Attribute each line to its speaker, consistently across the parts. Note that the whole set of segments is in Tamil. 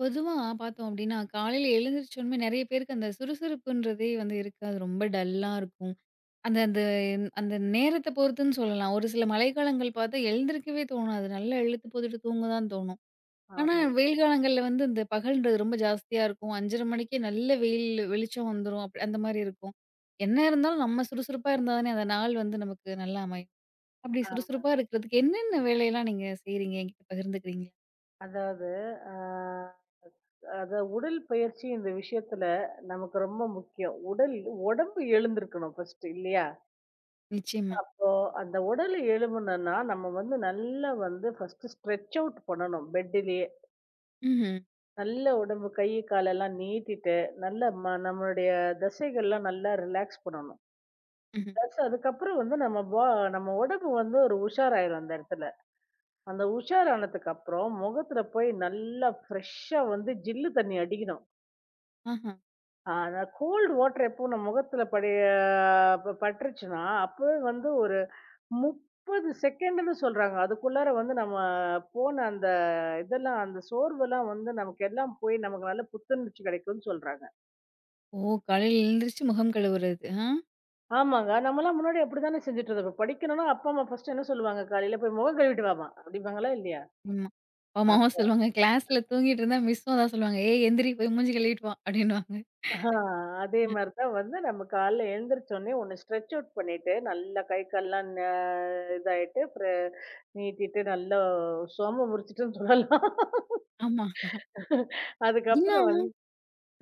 Speaker 1: பொதுவா பார்த்தோம் அப்டின்னா, காலையில எழுந்திரிச்சோனமே நெறைய பேருக்கு அந்த சுறுசுறுப்புன்றதே வந்து இருக்காது. ரொம்ப டல்லா இருக்கும். அந்த அந்த அந்த நேரத்த பொறுத்துன்னு சொல்லலாம். ஒரு சில மழைக்காலங்கள் பார்த்தா எழுந்திரிக்கவே தோணாது. நல்லா இழுத்து போட்டுட்டு தூங்க தான் தோணும். ஆனா,
Speaker 2: ஆமாங்க.
Speaker 1: வெயில் காலங்கள்ல வந்து இந்த பகல்ன்றது ரொம்ப ஜாஸ்தியா இருக்கும். 5:30 மணிக்கே நல்ல வெயில் வெளிச்சம் வந்துரும். அந்த மாரி இருக்கும். என்ன இருந்தாலும் நம்ம சுறுசுறுப்பா இருந்தா தானே அந்த நாள் வந்து நமக்கு நல்லா அமையும். அப்டி
Speaker 2: ஆமா.
Speaker 1: சுறுசுறுப்பா இருக்கிறதுக்கு என்னென்ன வேலையெல்லாம் நீங்க செய்றீங்க? என்கிட்ட பகிர்ந்துக்கிறீங்களா?
Speaker 2: அதாவது அ அத உடல் பயிற்சி இந்த விஷயத்துல நமக்கு ரொம்ப முக்கியம். உடம்பு எழுந்திருக்கணும் ஃபர்ஸ்ட்டு இல்லையா?
Speaker 1: நிச்சயமா.
Speaker 2: அப்போ அந்த உடல் எழும்பணும்னா, நம்ம வந்து நல்லா வந்து ஃபர்ஸ்ட்டு ஸ்ட்ரெச் அவுட் பண்ணணும் பெட்டுலயே.
Speaker 1: ம்ஹ்ம்.
Speaker 2: நல்லா உடம்பு கை, காலெல்லாம் நீட்டிட்டு, நல்லா நம்மளுடைய தசைகள்லாம் நல்லா ரிலாக்ஸ் பண்ணணும்.
Speaker 1: ம்ஹ்ம்.
Speaker 2: ப்ளஸ் அதுக்கப்புறம் வந்து நம்ம உடம்பு வந்து ஒரு உஷாராயிரும் அந்த இடத்துல. அந்த உஷாரானதுக்கு அப்புறம் முகத்துல போய் நல்லா ஃப்ரெஷ்ஷா வந்து ஜில்லு தண்ணி அடிக்கணும்.
Speaker 1: ஆஹ.
Speaker 2: ஆ, நான் கோல்டு வாட்டர் எப்போ நம்ம முகத்துல படைய ப பட்டுருச்சுன்னா, அப்பவே வந்து ஒரு 30 செகண்டுன்னு சொல்றாங்க. அதுக்குள்ளார வந்து நம்ம போன அந்த இதெல்லாம், அந்த சோர்வெல்லாம் வந்து நமக்கு எல்லாம் போய் நமக்கு நல்ல புத்துணர்ச்சி கிடைக்கும்னு சொல்றாங்க.
Speaker 1: ஓ! காலையில எழுந்திரிச்சு முகம் கழுவுறது. ஆ.
Speaker 2: ஆமாங்க. நம்மலாம் முன்னாடி அப்படித்தானே செஞ்சுட்டு இருந்தோம். இப்ப படிக்கணும்னா அப்பா, அம்மா ஃபர்ஸ்ட் என்ன சொல்லுவாங்க? "காலையில போய் முகம் கழுவிட்டு வாம்மா" அப்படிம்பாங்களா இல்லையா?
Speaker 1: ஆமா. ஆமா, அம்மா சொல்லுவாங்க, "கிளாஸ்ல தூங்கிட்டு இருந்தா மிஸ்ஸும் அதான் சொல்லுவாங்க. ஏய் எந்திரி போய் மூஞ்சி கழுவிட்டு வா" அப்படின்னுவாங்க.
Speaker 2: ஆஹா, அதே மாரி தான் வந்து நம்ம காலைல எழுந்திரிச்சோனே ஒண்ணு ஸ்ட்ரெச் அவுட் பண்ணிட்டு, நல்லா கை கால்லாம் ந இதாயிட்டு, அப்புறம் நீட்டிட்டு நல்லா சோம்ப முறிச்சுட்டுன்னு சொல்லலாம்.
Speaker 1: ஆமா.
Speaker 2: அதுக்கப்புறம்
Speaker 1: இன்னும்
Speaker 2: வந்து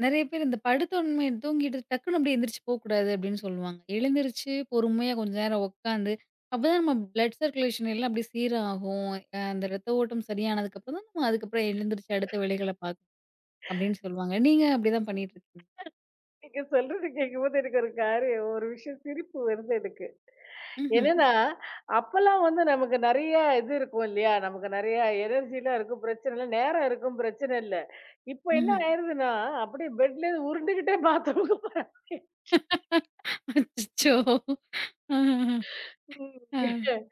Speaker 1: நெறைய பேர் இந்த படுத்தோனமே தூங்கிட்டு டக்குனு அப்படியே எந்திரிச்சு போக்கூடாது அப்படின்னு சொல்லுவாங்க. எழுந்திரிச்சு பொறுமையா கொஞ்ச நேரம் உட்காந்து, அப்பதான் நம்ம பிளட் சர்க்குலேஷன் எல்லாம் அப்படியே சீராகும். அந்த ரத்த ஓட்டம் சரியானதுக்கப்புறம் தான் நம்ம அதுக்கப்புறம் எழுந்திரிச்சு அடுத்த வேலைகள பார்க்கணும் அப்படின்னு சொல்லுவாங்க. நீங்க அப்படிதான் பண்ணிட்டு இருக்கீங்க?
Speaker 2: நீங்க சொல்றது கேட்கும்போது எனக்கு ஒரு காரியம் ஒரு விஷயம் சிரிப்பு வருது எனக்கு.
Speaker 1: ம்ஹ்ம்.
Speaker 2: என்னன்னா, அப்பலாம் வந்து நமக்கு நெறைய இது இருக்கும் இல்லையா? நமக்கு நெறைய எனர்ஜிலாம் இருக்கும் பிரச்சனை இல்ல. நேரம் இருக்கும் பிரச்சனை இல்ல. இப்ப என்ன
Speaker 1: ம்ஹ்ம்.
Speaker 2: ஆயிருதுன்னா, அப்படியே பெட்லேருந்து உருண்டுகிட்டே பாத்ரூமுக்கு போறேன்.
Speaker 1: அச்சச்சோ! ஆஹஹ. ஆ.
Speaker 2: ம்.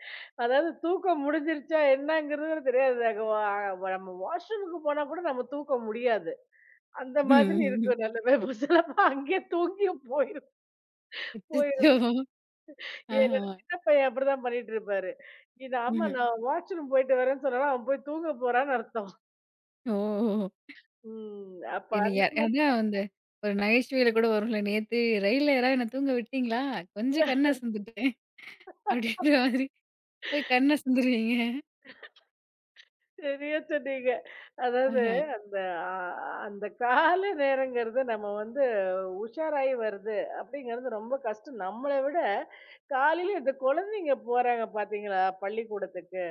Speaker 2: அதாவது தூக்கம் முடிஞ்சிருச்சா என்னங்கிறது தெரியாது. அங்க நம்ம வாஷ்ரூமுக்கு போனா கூட நம்ம தூக்க முடியாது. அந்த
Speaker 1: ம்.
Speaker 2: மாதிரி
Speaker 1: ம்,
Speaker 2: இருக்கும் நிலைமை. சிலப்போ அங்கேயே தூங்கியும் போயிரும்
Speaker 1: அச்சச்சோ!
Speaker 2: போயிரும்.
Speaker 1: ஆஹா.
Speaker 2: என்னோட சின்ன பையன் அப்படிதான் பண்ணிட்டு இருப்பாரு. இது அம்மா
Speaker 1: ம்ஹ்ம்.
Speaker 2: நான் வாஷ்ரூம் போயிட்டு வரேன்னு சொன்னா அவன் போய் தூங்க போறான்னு அர்த்தம்.
Speaker 1: ஓஹோ!
Speaker 2: ம். அப்ப
Speaker 1: என்ன
Speaker 2: அந்த
Speaker 1: ய அதான்
Speaker 2: மாதிரி
Speaker 1: அந்த ஒரு நகைச்சுவையில கூட வரும்ல, "நேத்து ரயில்ல யாராவது என்ன தூங்க விட்டீங்களா? கொஞ்சம் கண் அசந்துட்டேன்." அப்படின்ற மாதிரி போய் கண் அசந்துருவீங்க.
Speaker 2: சரியா சொன்னீங்க. அதாவது
Speaker 1: ஆஹா.
Speaker 2: அந்த அ அந்த காலை நேரங்கிறது நம்ம வந்து உஷாராயி வருது அப்படிங்கிறது ரொம்ப கஷ்டம். நம்மள விட காலையில இந்த குழந்தைங்க போறாங்க பார்த்தீங்களா? பள்ளிக்கூடத்துக்கு.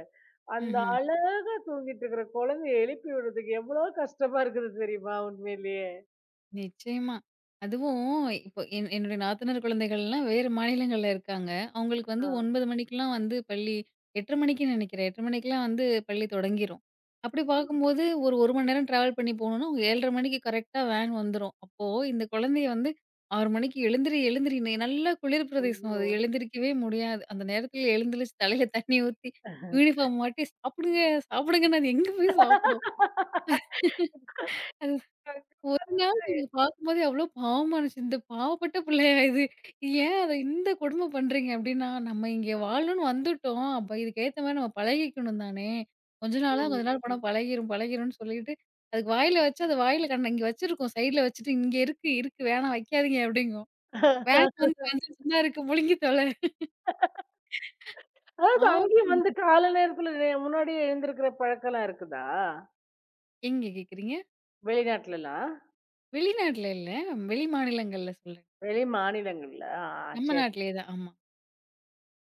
Speaker 2: அந்த
Speaker 1: ம்ஹ்ம்.
Speaker 2: அழகா தூங்கிட்டு இருக்கிற குழந்தைய எழுப்பி விடுறதுக்கு எவ்வளோ கஷ்டமா இருக்குது தெரியுமா? உண்மையிலேயே.
Speaker 1: நிச்சயமா. அதுவும் இப்போ என்னுடைய நாத்தனார் குழந்தைகள்லாம் வேறு மாநிலங்கள்ல இருக்காங்க. அவங்களுக்கு வந்து
Speaker 2: ஆ.
Speaker 1: 9 மணிக்கெல்லாம் வந்து பள்ளி 8:30 மணிக்கு நினைக்கிறேன். 8:30 மணிக்கெல்லாம் வந்து பள்ளி தொடங்கிரும். அப்படி பார்க்கும்போது ஒரு 1 மணி நேரம் டிராவல் பண்ணி போகணும்னா, 7:30 மணிக்கு கரெக்ட்டா வேன் வந்துரும். அப்போ இந்த குழந்தைய வந்து 6 மணிக்கு எழுந்திரின்னு நல்லா குளிர் பிரதேசம் அது
Speaker 2: ஐயோ!
Speaker 1: எழுந்திரிக்கவே முடியாது. அந்த நேரத்துல எழுந்திரிச்சு தலையில தண்ணி ஊத்தி, யூனிஃபார்ம் மாட்டி சாப்பிடுங்கன்னு அது எங்க போய் சாப்பிடும்? ஒரு நாள் இத பார்க்கும்போதே அவ்ளோ பாவமா இருந்துச்சு. இந்த பாவப்பட்ட பிள்ளையா இது? ஏன் அத இந்த கொடும பண்றீங்க? அப்டின்னா, நம்ம இங்க வாழணும்னு வந்துட்டோம். அப்ப இதுக்கேத்த மாரி நம்ம பழகிக்கணும் தானே! கொஞ்ச நாளா, கொஞ்ச
Speaker 2: ம்.
Speaker 1: நாள் போனா பழகிரும், பழகிரும்னு சொல்லிட்டு, அதுக்கு வாயில வச்சா, அது வாயில கண்ண இங்க வச்சிருக்கும். சைட்ல வச்சுட்டு, "இங்க இருக்கு, இருக்கு. வேணாம் வைக்காதீங்க" அப்டிங்கும். வேன் வந்து வந்துட்டு தான் இருக்கு. முழுங்கி தொல.
Speaker 2: அதாவது
Speaker 1: பாவம்.
Speaker 2: அங்கேயும் வந்து காலை நேரத்துல முன்னாடியே எழுந்திருக்கிற பழக்கம்லாம் இருக்குதா?
Speaker 1: எங்க கேட்குறீங்க?
Speaker 2: வெளிநாட்டுலலாம்?
Speaker 1: வெளிநாட்ல இல்ல. வெளி மாநிலங்கள்ல சொல்றேன்.
Speaker 2: வெளி மாநிலங்கள்ல. ஆ,
Speaker 1: நம்ம
Speaker 2: சரி.
Speaker 1: நாட்டிலேயே தான். ஆமா.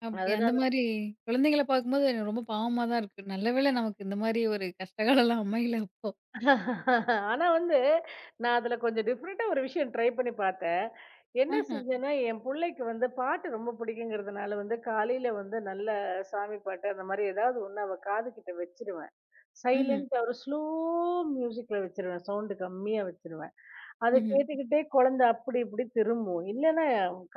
Speaker 1: அப்படி
Speaker 2: அது
Speaker 1: அந்த மாரி குழந்தைங்கள பார்க்கும்போது எனக்கு ரொம்ப பாவமா தான் இருக்கு. நல்ல வேளை நமக்கு இந்த மாரி ஒரு கஷ்டகாலம்லாம் அமையல அப்போ.
Speaker 2: ஆனா வந்து, நான் அதுல கொஞ்சம் டிஃபரெண்ட்டா ஒரு விஷயம் ட்ரை பண்ணி பார்த்தேன். என்ன
Speaker 1: ஆஹா,
Speaker 2: செஞ்சேன்னா, என் புள்ளைக்கு வந்து பாட்டு ரொம்ப பிடிக்குங்கிறதுனால வந்து, காலையில வந்து நல்ல சாமி பாட்டு, அந்த மாரி ஏதாவது ஒண்ணு அவ காதுகிட்ட வச்சுருவேன்.
Speaker 1: ம்ஹ்ம்,
Speaker 2: சைலன்ட்டா ஒரு ஸ்லோ மியூசிக்ல வச்சுருவேன். சவுண்ட் கம்மியா வச்சுருவேன். அத
Speaker 1: ம்ஹ்ம்.
Speaker 2: கேட்டுக்கிட்டே குழந்தை அப்படி இப்படி திரும்பும். இல்லன்னா,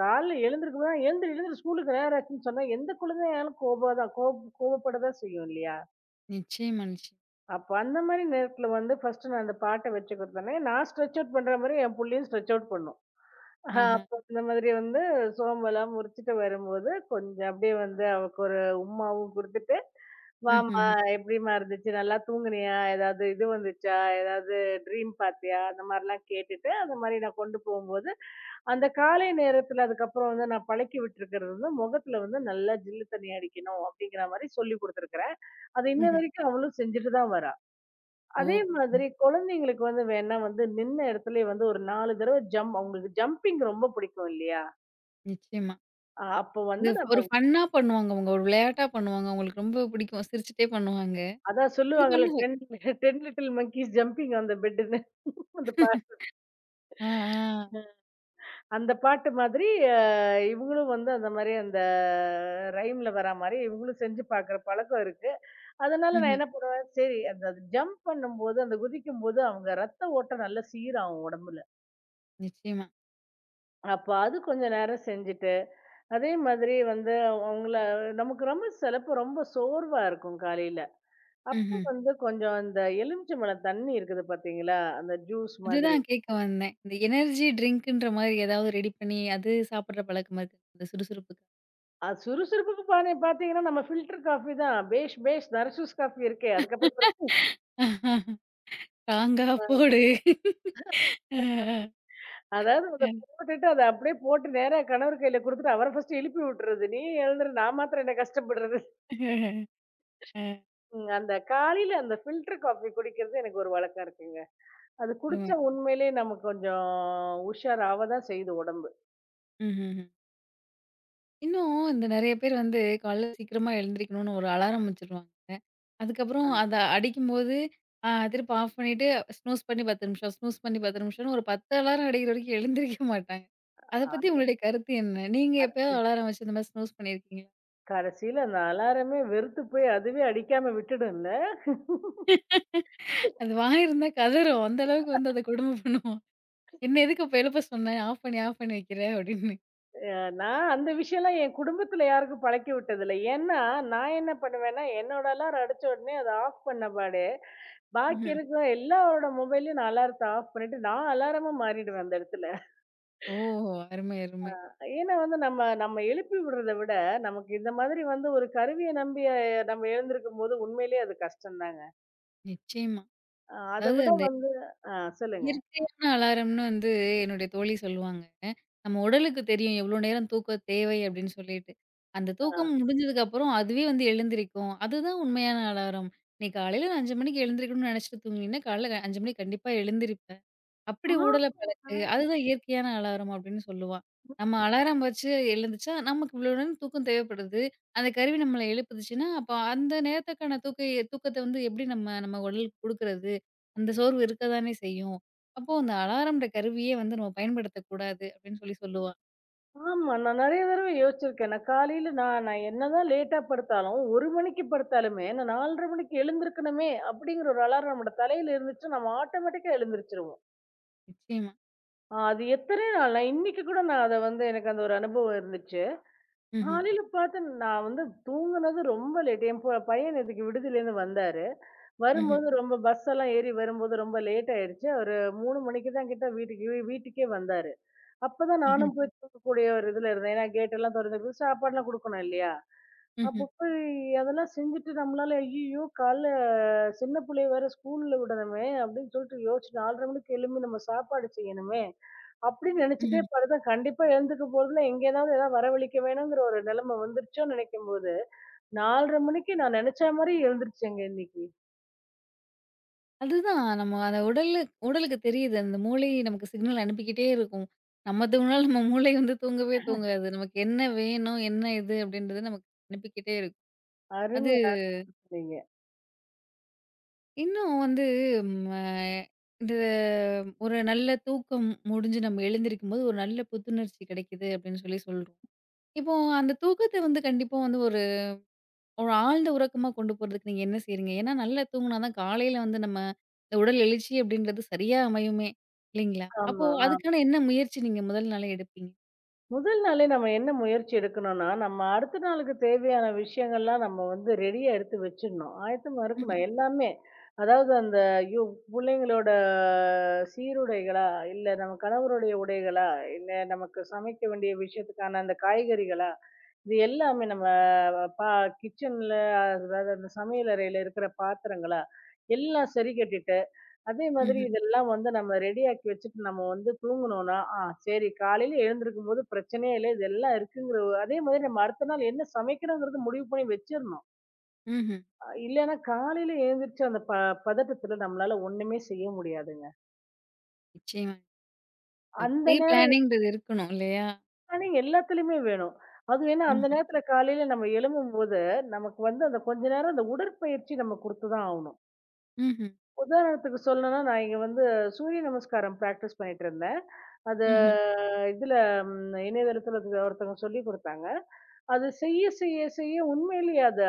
Speaker 2: காலைல எழுந்திருக்கும்போது, "எழுந்திரு, எழுந்திரு ஸ்கூலுக்கு நேரம் ஆச்சுன்னு" சொன்னா, எந்த குழந்தையாலும் கோபம் தான் கோவப்பட தான் செய்யும் இல்லையா?
Speaker 1: நிச்சயமா, நிச்சயம்.
Speaker 2: அப்ப அந்த மாரி நேரத்துல வந்து ஃபர்ஸ்ட்டு நான் அந்த பாட்ட வச்சு குடுத்தோனே, நான் ஸ்ட்ரெட்ச் அவுட் பண்ற மாரி என் புள்ளையும் ஸ்ட்ரெட்ச் அவுட் பண்ணும். ஆஹ்,
Speaker 1: ஆஹா,
Speaker 2: அப்ப இந்த மாதிரி வந்து சோம்பல்லாம் முறிச்சுட்டு வரும்போது, கொஞ்சம் அப்படியே வந்து அவக்கு ஒரு உம்மாவும் குடுத்துட்டு, "வாம்மா
Speaker 1: ம்ஹ்ஹ்ம்,
Speaker 2: எப்படிம்மா இருந்துச்சு? நல்லா தூங்குனியா? ஏதாவது இது வந்துச்சா? ஏதாவது ட்ரீம் பார்த்தியா?" அந்த மாரிலாம் கேட்டுட்டு, அந்த மாரி நான் கொண்டு போகும்போது, அந்த காலை நேரத்துல அதுக்கப்புறம் வந்து நான் பழக்கி விட்டுருக்கிறது வந்து, முகத்துல வந்து நல்லா ஜில்லு தண்ணி அடிக்கணும் அப்படிங்கிற மாரி சொல்லிக் குடுத்துருக்கிறேன். அது இன்ன
Speaker 1: ம்ஹ்ம்.
Speaker 2: வரைக்கும் அவளும் செஞ்சுட்டு தான் வரா.
Speaker 1: ஓ!
Speaker 2: அதே மாதிரி
Speaker 1: ம்.
Speaker 2: குழந்தைங்களுக்கு வந்து வேணா வந்து நின்ன இடத்துலயே வந்து ஒரு 4 தடவ ஜம்ப் அவங்களுக்கு ஜம்பிங் ரொம்ப பிடிக்கும் இல்லையா?
Speaker 1: நிச்சயமா.
Speaker 2: அப்போ
Speaker 1: இது
Speaker 2: வந்து நம்ம
Speaker 1: ஒரு ஃபன்னா பண்ணுவாங்க அவங்க. ஒரு விளையாட்டா பண்ணுவாங்க. அவங்களுக்கு ரொம்ப பிடிக்கும். சிரிச்சுட்டே பண்ணுவாங்க.
Speaker 2: அதான்
Speaker 1: அது
Speaker 2: சொல்லுவாங்கல்ல
Speaker 1: பண்ணுவாங்க.
Speaker 2: 10 ten little monkeys jumping on the பெட்டுன்னு. அந்த பா
Speaker 1: ஆ, ஆ.
Speaker 2: அந்த பாட்டு மாதிரி அ இவங்களும் வந்து அந்த மாரி அந்த ரைம்ல வரா மாரி இவங்களும் செஞ்சு பார்க்குற பழக்கம் இருக்கு. அதனால நான்
Speaker 1: ம்ஹ்ம்.
Speaker 2: என்ன பண்ணுவேன், சரி அந்த அது ஜம்ப் பண்ணும்போது, அந்த குதிக்கும்போது அவங்க ரத்த ஓட்டம் நல்லா சீராகும் உடம்புல.
Speaker 1: நிச்சயமா.
Speaker 2: அப்ப அது கொஞ்ச நேரம் செஞ்சுட்டு, அதே மாதிரி வந்து அவங்கள நமக்கு ரொம்ப சிலப்போ ரொம்ப சோர்வா இருக்கும் காலையில. அப்போ
Speaker 1: ம்ஹ்ம்.
Speaker 2: வந்து கொஞ்சம் அந்த எலுமிச்சம்பழம் தண்ணி இருக்குது பார்த்தீங்களா? அந்த ஜூஸ் மாதிரி.
Speaker 1: அதுதான் கேட்க வந்தேன். இந்த எனர்ஜி ட்ரிங்க்ன்ற மாரி ஏதாவது ரெடி பண்ணி அது சாப்பிடுற பழக்கம் இருக்கு. இந்த சுறுசுறுப்புக்கு.
Speaker 2: அது சுறுசுறுப்புக்கு பானே பார்த்தீங்கன்னா, நம்ம ஃபில்டர் காஃபி தான். பேஷ் பேஷ் தர்சூஸ் காஃபி இருக்கே. அதுக்கப்புறம் பிறகு
Speaker 1: ஸ்ட்ராங்கா போடு.
Speaker 2: அதாவது அத போட்டுட்டு அத அப்படியே போட்டு நேரா கணவர் கையில குடுத்துட்டு அவர ஃபர்ஸ்ட்டு எழுப்பி விட்டுறது. நீ எழுந்துரு நான் மாத்திரம் என்ன கஷ்டப்படுறது. ம், அந்த காலையில அந்த ஃபில்டர் காஃபி குடிக்கிறது எனக்கு ஒரு வழக்கம் இருக்குங்க. அது
Speaker 1: ஆமா.
Speaker 2: குடிச்சா உண்மையிலேயே நம்ம கொஞ்சம் உஷாராவ தான் செய்யுது உடம்பு.
Speaker 1: ம்ஹ்ஹ்ம். இன்னும் இந்த நெறைய பேர் வந்து காலைல சீக்கிரமா எழுந்திரிக்கணும்னு ஒரு அலாரம் வச்சுருவாங்க. அதுக்கப்புறம்
Speaker 2: ஆ.
Speaker 1: அத அடிக்கும்போது, திருப்பி ஆஃப் பண்ணிட்டு ஸ்னூஸ் பண்ணி 10 நிமிஷம், ஸ்னூஸ் பண்ணி 10 நிமிஷம்னு ஒரு 10 அலாரம் அடிக்கிற வரைக்கும் எழுந்திரிக்க மாட்டாங்க. அத பத்தி
Speaker 2: அது
Speaker 1: உங்களுடைய கருத்து என்ன? நீங்க
Speaker 2: கடைசி
Speaker 1: எப்பயாவது அலாரம் வச்சு இந்த மாரி ஸ்னூஸ் பண்ணியிருக்கீங்களா?
Speaker 2: கடைசியில அந்த அலாரமே வெறுத்து போய் அதுவே அடிக்காம விட்டுடும்ல.
Speaker 1: அது வாய் இருந்தா கதறும். அந்த அளவுக்கு வந்து அத கொடுமை பண்ணும். "என்ன எதுக்கு அப்ப எழுப்ப சொன்ன? ஆஃப் பண்ணி, ஆஃப் பண்ணி வைக்கிற" அப்படின்னு.
Speaker 2: நான் அந்த விஷயம்லாம் என் குடும்பத்துல யாருக்கும் பழக்கி விட்டதில்ல. ஏன்னா, நான் என்ன பண்ணுவேன்னா, என்னோட அலாரம் அடிச்ச உடனே அத ஆஃப் பண்ண பாடு, பாக்கி
Speaker 1: ம்ஹ்ம்.
Speaker 2: இருக்கிற எல்லாரோட மொபைல்லயும் நான் அலாரத்த ஆஃப் பண்ணிட்டு, நான் அலாரமா மாறிடுவேன் அந்த இடத்துல.
Speaker 1: ஓ! அருமை, அருமை.
Speaker 2: ஏன்னா வந்து நம்ம நம்ம எழுப்பி விடுறத விட, நமக்கு இந்த மாதிரி வந்து ஒரு கருவிய நம்பி நம்ம எழுந்திருக்கும்போது உண்மையிலேயே அது கஷ்டம் தாங்க.
Speaker 1: நிச்சயமா.
Speaker 2: அத விட
Speaker 1: அதாவது
Speaker 2: வந்து ஆ சொல்லுங்க.
Speaker 1: இயற்கையான அலாரம்னு வந்து என்னுடைய தோழி சொல்லுவாங்க. நம்ம உடலுக்கு தெரியும் எவ்ளோ நேரம் தூக்கம் தேவை அப்டின்னு சொல்லிட்டு. அந்த
Speaker 2: ஆ.
Speaker 1: தூக்கம் முடிஞ்சதுக்கப்புறம் அதுவே வந்து எழுந்திரிக்கும். அதுதான் உண்மையான அலாரம். நீ காலையில 5:00 மணிக்கு எழுந்திரிக்கணும்னு நெனச்சுட்டு தூங்குனீன்னா, காலைல 5:00 மணிக்கு கண்டிப்பா எழுந்திரிப்ப. அப்படி ஊடல
Speaker 2: ஆமாங்க.
Speaker 1: பழக்கு. அதுதான் இயற்கையான அலாரம் அப்படின்னு சொல்லுவா. நம்ம அலாரம் வச்சு எழுந்துச்சா, நமக்கு இவ்வளோ நேரம் தூக்கம் தேவைப்படுது. அந்த கருவி நம்மள எழுப்புதுச்சுன்னா, அப்ப அந்த நேரத்துக்கான தூக்கத்த வந்து எப்படி நம்ம நம்ம உடலுக்கு குடுக்குறது? அந்த சோர்வு இருக்க தானே செய்யும். அப்போ அந்த அலாரம்ன்ற கருவியே வந்து நம்ம பயன்படுத்தக்கூடாது அப்படின்னு சொல்லுவா.
Speaker 2: ஆமா. நான் நெறைய தடவ யோசிச்சிருக்கேன். நான் காலையில நான் நான் என்னதான் லேட்டா படுத்தாலும், 1 மணிக்கு படுத்தாலுமே, நான் 4:30 மணிக்கு எழுந்திருக்கணுமே! அப்படிங்கிற ஒரு அலாரம் நம்மோட தலையில இருந்துச்சுன்னா, நம்ம ஆட்டோமேட்டிக்கா எழுந்திருச்சுருவோம்.
Speaker 1: நிச்சயமா.
Speaker 2: ஆ, அது எத்தன நாள் நான் இன்னைக்கு கூட நான் அத வந்து எனக்கு அந்த ஒரு அனுபவம் இருந்துச்சு.
Speaker 1: ம்ஹ்ம்.
Speaker 2: காலையில பாத்து நான் வந்து தூங்குனது ரொம்ப லேட். என் பையன் நேத்துக்கு விடுதியிலேருந்து வந்தாரு.
Speaker 1: ம்ஹ்ம்.
Speaker 2: வரும்போது ரொம்ப பஸ் எல்லாம் ஏறி வரும்போது ரொம்ப லேட் ஆயிடுச்சு. ஒரு 3 மணிக்கு தான் கிட்ட வீட்டுக்கு வீ வீட்டுக்கே வந்தாரு. அப்பதான்
Speaker 1: ம்ஹ்ம்.
Speaker 2: நானும் போய் தூங்கக்கூடிய ஒரு இதுல இருந்தேன். ஏன்னா கேட் எல்லாம் தொறந்து சாப்பாடுலாம் குடுக்கணும் இல்லையா?
Speaker 1: ம்ஹ்ம்.
Speaker 2: அப்ப
Speaker 1: ம்ஹ்ம்.
Speaker 2: போய் அதெல்லாம் செஞ்சுட்டு நம்மளால ஐயையோ! காலைல சின்ன பிள்ளைய வேற ஸ்கூல்ல விடணுமே! அப்படின்னு சொல்லிட்டு யோசிச்சு 4:30 மணிக்கு எழும்பி நம்ம சாப்பாடு செய்யணுமே! அப்படின்னு நினைச்சுட்டே
Speaker 1: ம்ஹ்ம்.
Speaker 2: படுத்தா கண்டிப்பா எழுந்துக்க போறதில்ல. எங்கேயாவது ஏதாவது ஏதாவது வரவழிக்க வேணுங்கிற ஒரு நிலைமை வந்துருச்சோன்னு நினைக்கும்போது, 4:30 மணிக்கு நான் நினைச்ச மாரியே எழுந்துருச்சேங்க இன்னைக்கு.
Speaker 1: அதுதான். நம்ம அத உடலு உடலுக்கு தெரியுது. அந்த மூளை நமக்கு சிக்னல் அனுப்பிக்கிட்டே இருக்கும். நம்ம தூங்குனாலும் நம்ம மூளை வந்து தூங்கவே தூங்காது. நமக்கு என்ன வேணும்? என்ன இது? அப்படின்றது நமக்கு அனுப்பிக்கிட்டே இருக்கும். அது
Speaker 2: அருமையா சொன்னீங்க.
Speaker 1: இன்னும் வந்து ம இந்த ஒரு நல்ல தூக்கம் முடிஞ்சு நம்ம எழுந்திருக்கும்போது, ஒரு நல்ல புத்துணர்ச்சி கிடைக்குது அப்படின்னு சொல்றோம். இப்போ அந்த தூக்கத்த வந்து கண்டிப்பா வந்து ஒரு ஒரு ஆழ்ந்த உறக்கமா கொண்டு போறதுக்கு நீங்க என்ன செய்றீங்க? ஏன்னா, நல்லா தூங்குனா தான் காலையில வந்து நம்ம இந்த உடல் எழுச்சி அப்படின்றது சரியா அமையுமே! இல்லைங்களா? அப்போ
Speaker 2: ஆமா.
Speaker 1: அதுக்கான என்ன முயற்சி நீங்க முதல் நாளே எடுப்பீங்க?
Speaker 2: முதல் நாளே நம்ம என்ன முயற்சி எடுக்கணும்னா, நம்ம அடுத்த நாளுக்கு தேவையான விஷயங்கள்லாம் நம்ம வந்து ரெடியா எடுத்து வச்சிடணும். ஆயத்தமா
Speaker 1: ம்ஹ்ம்,
Speaker 2: இருக்கணும் எல்லாமே. அதாவது அந்த ஐயோ! பிள்ளைங்களோட சீருடைகளா, இல்ல நம்ம கணவருடைய உடைகளா, இல்ல நமக்கு சமைக்க வேண்டிய விஷயத்துக்கான அந்த காய்கறிகளா, இது எல்லாமே நம்ம பா கிச்சன்ல அதாவது அந்த சமையல் அறையில இருக்கிற பாத்திரங்களா, எல்லாம் சரி கட்டிட்டு அதே மாதிரி
Speaker 1: ம்ஹ்ம்,
Speaker 2: இதெல்லாம் வந்து நம்ம ரெடி ஆக்கி வச்சுட்டு நம்ம வந்து தூங்கணும்னா, ஆ, சரி காலையில எழுந்திருக்கும்போது பிரச்சனையே இல்ல. இதெல்லாம் இருக்குங்கிற ஒரு- அதே மாதிரி நம்ம அடுத்த நாள் என்ன சமைக்கிறோங்கிறது முடிவு பண்ணி வச்சிரணும்.
Speaker 1: ம்ஹ்ம்.
Speaker 2: இல்லன்னா காலையில எழுந்திரிச்சு அந்த பதட்டத்துல நம்மளால ஒண்ணுமே செய்ய முடியாதுங்க.
Speaker 1: நிச்சயமா.
Speaker 2: அந்த
Speaker 1: ப்ரீ
Speaker 2: நேரம்
Speaker 1: பிளானிங்ன்றது இருக்கணும் இல்லையா?
Speaker 2: தானே எல்லாத்துலயுமே வேணும். அதுவும் ஏன்னா அந்த
Speaker 1: ம்ஹ்ம்,
Speaker 2: நேரத்துல காலையில நம்ம எழும்பும்போது, நமக்கு வந்து அந்த கொஞ்ச நேரம் அந்த உடற்பயிற்சி நம்ம குடுத்து தான் ஆவணும்.
Speaker 1: ம்ஹ்ம்,
Speaker 2: உதாரணத்துக்கு சொல்லணும்னா, நான் இங்க வந்து சூரிய நமஸ்காரம் பிராக்டிஸ் பண்ணிட்டு இருந்தேன். அது
Speaker 1: ம்ஹ்ம்.
Speaker 2: இதுல இணையதளத்துல இது ஒருத்தவங்க சொல்லிக் குடுத்தாங்க. அது செய்ய, செய்ய, செய்ய உண்மையிலேயே அது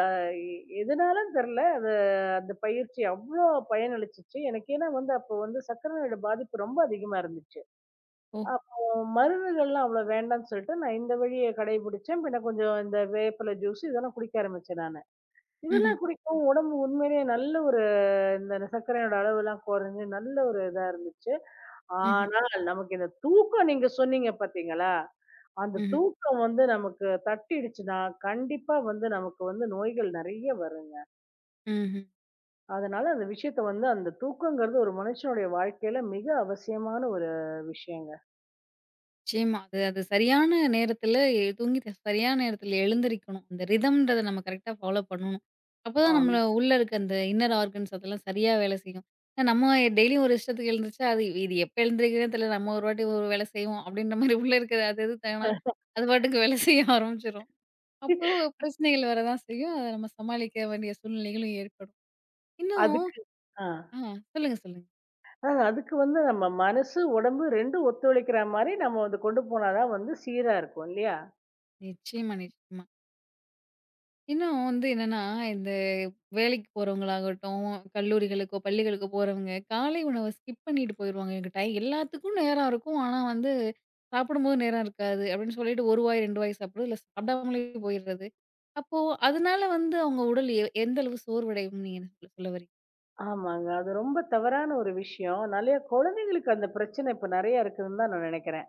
Speaker 2: எதனாலன்னு தெரியல. அது அந்த பயிற்சி அவ்ளோ பயனளிச்சுச்சு. எனக்கு ஏன்னா வந்து அப்போ வந்து சர்க்கரை நோயோட பாதிப்பு ரொம்ப அதிகமா இருந்துச்சு.
Speaker 1: ஓஹோ!
Speaker 2: அப்போ மருந்துகள்லாம் அவ்வளோ வேண்டான்னு சொல்லிட்டு, நான் இந்த வழிய கடைபிடிச்சேன். பின்ன கொஞ்சம் இந்த வேப்பில ஜூஸ் இதெல்லாம் குடிக்க ஆரம்பிச்சேன் நானு.
Speaker 1: ம்ஹ்ம்,
Speaker 2: இதெல்லாம் குடிக்கவும் உடம்பு உண்மையிலேயே நல்ல இந்த சர்க்கரையோட அளவுலாம் குறைஞ்சு நல்ல ஒரு இதா இருந்துச்சு.
Speaker 1: ம்ஹ்ம்,
Speaker 2: ஆனால், நமக்கு இந்த தூக்கம் நீங்க சொன்னீங்க பார்த்தீங்களா? அந்த
Speaker 1: ம்ஹ்ம்,
Speaker 2: தூக்கம் வந்து நமக்கு தட்டிடுச்சுன்னா, கண்டிப்பா வந்து நமக்கு வந்து நோய்கள் நெறைய வருங்க.
Speaker 1: ம்ஹ்ம்.
Speaker 2: அதனால அந்த விஷயத்த வந்து அந்த தூக்கங்கிறது ஒரு மனுஷனுடைய வாழ்க்கையில மிக அவசியமான ஒரு விஷயங்க.
Speaker 1: நிச்சயமா. அது அது சரியான நேரத்துல சரியான நேரத்துல எழுந்திரிக்கணும். அந்த ரிதம்ன்றத நம்ம கரெக்ட்டா ஃபாலோ பண்ணணும். அப்பதான்
Speaker 2: ஆம்.
Speaker 1: நம்மள உள்ள இருக்க அந்த இன்னர் ஆர்கன்ஸ் அதெல்லாம் சரியா வேலை செய்யும். ஏன்னா நம்ம டெய்லியும் ஒரு இஷ்டத்துக்கு எழுந்துருச்சா, அது இது எப்ப எழுந்திரிக்கிறதுன்னு தெரியல. நம்ம ஒரு வாட்டி ஒரு வேலை செய்வோம் அப்படின்ற மாரி உள்ள இருக்கிறது அது எது தானா அது பாட்டுக்கு வேலை செய்ய ஆரம்பிச்சுரும். அப்போ பிரச்சனைகள் வரதான் செய்யும். அத நம்ம சமாளிக்க வேண்டிய சூழ்நிலைகளும் ஏற்படும். இன்னும்
Speaker 2: அதுக்கு ஆ.
Speaker 1: ஆ சொல்லுங்க, சொல்லுங்க.
Speaker 2: அதுக்கு வந்து நம்ம மனசு, உடம்பு 2 ஒத்துழைக்கிற மாரி நம்ம வந்து கொண்டு போனா தான் வந்து சீரா இருக்கும் இல்லையா?
Speaker 1: நிச்சயமா, நிச்சயமா. இன்னும் வந்து என்னன்னா, இந்த வேலைக்கு போறவங்களாகட்டும், கல்லூரிகளுக்கோ, பள்ளிகளுக்கோ போறவங்க, காலை உணவ ஸ்கிப் பண்ணிட்டு போயிருவாங்க. எனக்கு டை எல்லாத்துக்கும் நேரம் இருக்கும். ஆனா வந்து, சாப்பிடும்போது நேரம் இருக்காது. அப்படின்னு சொல்லிட்டு 1 வாய், 2 வாய் சாப்பிடுறது. இல்ல சாப்பிடாமலே போயிடுறது. அப்போ அதனால வந்து அவங்க உடல் எந்த அளவு சோர்வடையும்னு நீங்க என்ன சொல்ல சொல்ல வரீங்க?
Speaker 2: ஆமாங்க. அது ரொம்ப தவறான ஒரு விஷயம். நெறைய குழந்தைங்களுக்கு அந்த பிரச்சனை இப்ப நெறைய இருக்குதுன்னு தான் நான் நெனைக்கிறேன்.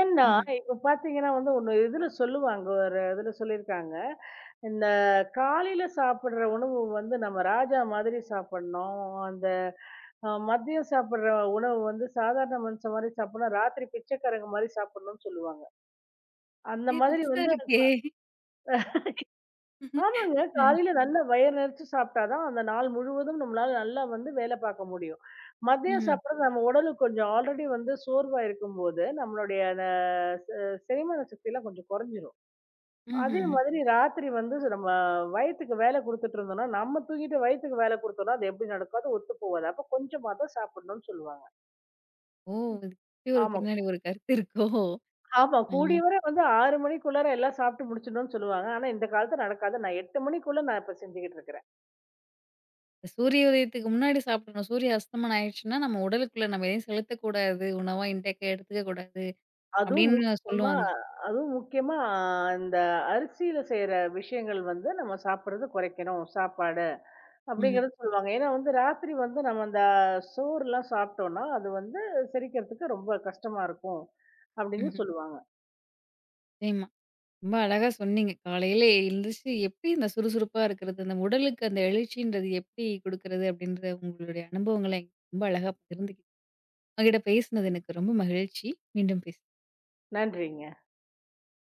Speaker 2: ஏன்னா,
Speaker 1: ம்ஹ்ம்.
Speaker 2: இப்ப பார்த்தீங்கன்னா வந்து ஒண்ணு இதுல சொல்லுவாங்க. ஒரு இதுல சொல்லியிருக்காங்க. இந்த காலையில சாப்பிடுற உணவு வந்து நம்ம ராஜா மாதிரி சாப்பிடணும். அந்த மதியம் சாப்பிடுற உணவு வந்து சாதாரண மனுஷன் மாரி சாப்பிடணும். ராத்திரி பிச்சைக்காரங்க மாரி சாப்பிடணும்னு சொல்லுவாங்க. அந்த
Speaker 1: இது
Speaker 2: மாதிரி
Speaker 1: புதுசா
Speaker 2: வந்து
Speaker 1: இருக்கே!
Speaker 2: ஆமாங்க.
Speaker 1: அ.
Speaker 2: காலையில நல்லா வயிறு நெறச்சு சாப்பிட்டா தான், அந்த நாள் முழுவதும் நம்மளால நல்லா வந்து வேலை பார்க்க முடியும். மதியம்
Speaker 1: ம்ஹ்ம்.
Speaker 2: சாப்பிடுறது நம்ம உடலுக்கு கொஞ்சம் ஆல்ரெடி வந்து சோர்வா இருக்கும்போது, நம்மளுடைய அந்த செ செரிமான சக்திலாம் கொஞ்சம் குறைஞ்சிரும். அதே
Speaker 1: ம்ஹ்ம்.
Speaker 2: மாதிரி ராத்திரி வந்து நம்ம வயித்துக்கு வேலை குடுத்துட்டு இருந்தோம்னா, நம்ம தூங்கிட்டு வயித்துக்கு வேலை குடுத்தோம்னா, அது எப்படி நடக்கும்? அது ஒத்து போவாது. அப்ப கொஞ்சமா தான் சாப்பிடணும்னு சொல்லுவாங்க.
Speaker 1: ஓ! இதுக்கு இப்படி ஒரு
Speaker 2: ஆமா,
Speaker 1: பின்னாடி ஒரு கருத்து இருக்கோ!
Speaker 2: ஆமா. கூடிய
Speaker 1: ஆ.
Speaker 2: வரை வந்து 6 மணிக்குள்ளார எல்லாம் சாப்பிட்டு முடிச்சிடணும்னு சொல்லுவாங்க. ஆனா இந்த காலத்துல நடக்காது. 8 மணிக்குள்ள நான் இப்ப செஞ்சுகிட்டு இருக்கேன்.
Speaker 1: சூரிய உதயத்துக்கு முன்னாடி சாப்பிடணும். சூரிய அஸ்தமனம் ஆயிடுச்சுன்னா, நம்ம உடலுக்குள்ள நம்ம எதையும் செலுத்தக்கூடாது. உணவா இன்டேக்கா எடுத்துக்க கூடாது.
Speaker 2: அதுவும்
Speaker 1: அப்படின்னு
Speaker 2: முக்கியமா
Speaker 1: சொல்லுவாங்க.
Speaker 2: அதுவும் முக்கியமா இந்த அரிசியில செய்யற விஷயங்கள் வந்து நம்ம சாப்பிடுறது குறைக்கணும் சாப்பாடு
Speaker 1: ம்ஹ்ம்.
Speaker 2: அப்படிங்கறது சொல்லுவாங்க. ஏன்னா வந்து ராத்திரி வந்து நம்ம அந்த சோறுலாம் சாப்பிட்டோம்னா, அது வந்து செரிக்கிறதுக்கு ரொம்ப கஷ்டமா இருக்கும் அப்படின்னு
Speaker 1: ம்ஹ்ம்.
Speaker 2: சொல்லுவாங்க.
Speaker 1: நிச்சயமா. ரொம்ப அழகா சொன்னீங்க. காலையில எழுந்துச்சு எப்படி இந்த சுறுசுறுப்பா இருக்கிறது, அந்த உடலுக்கு அந்த எழுச்சின்றது எப்படி குடுக்கறது அப்படின்ற உங்களுடைய அனுபவங்கள ரொம்ப அழகா பகிர்ந்துக்கிட்டீங்க. உங்ககிட்ட பேசினது எனக்கு ரொம்ப மகிழ்ச்சி. மீண்டும் பேச
Speaker 2: நன்றிங்க.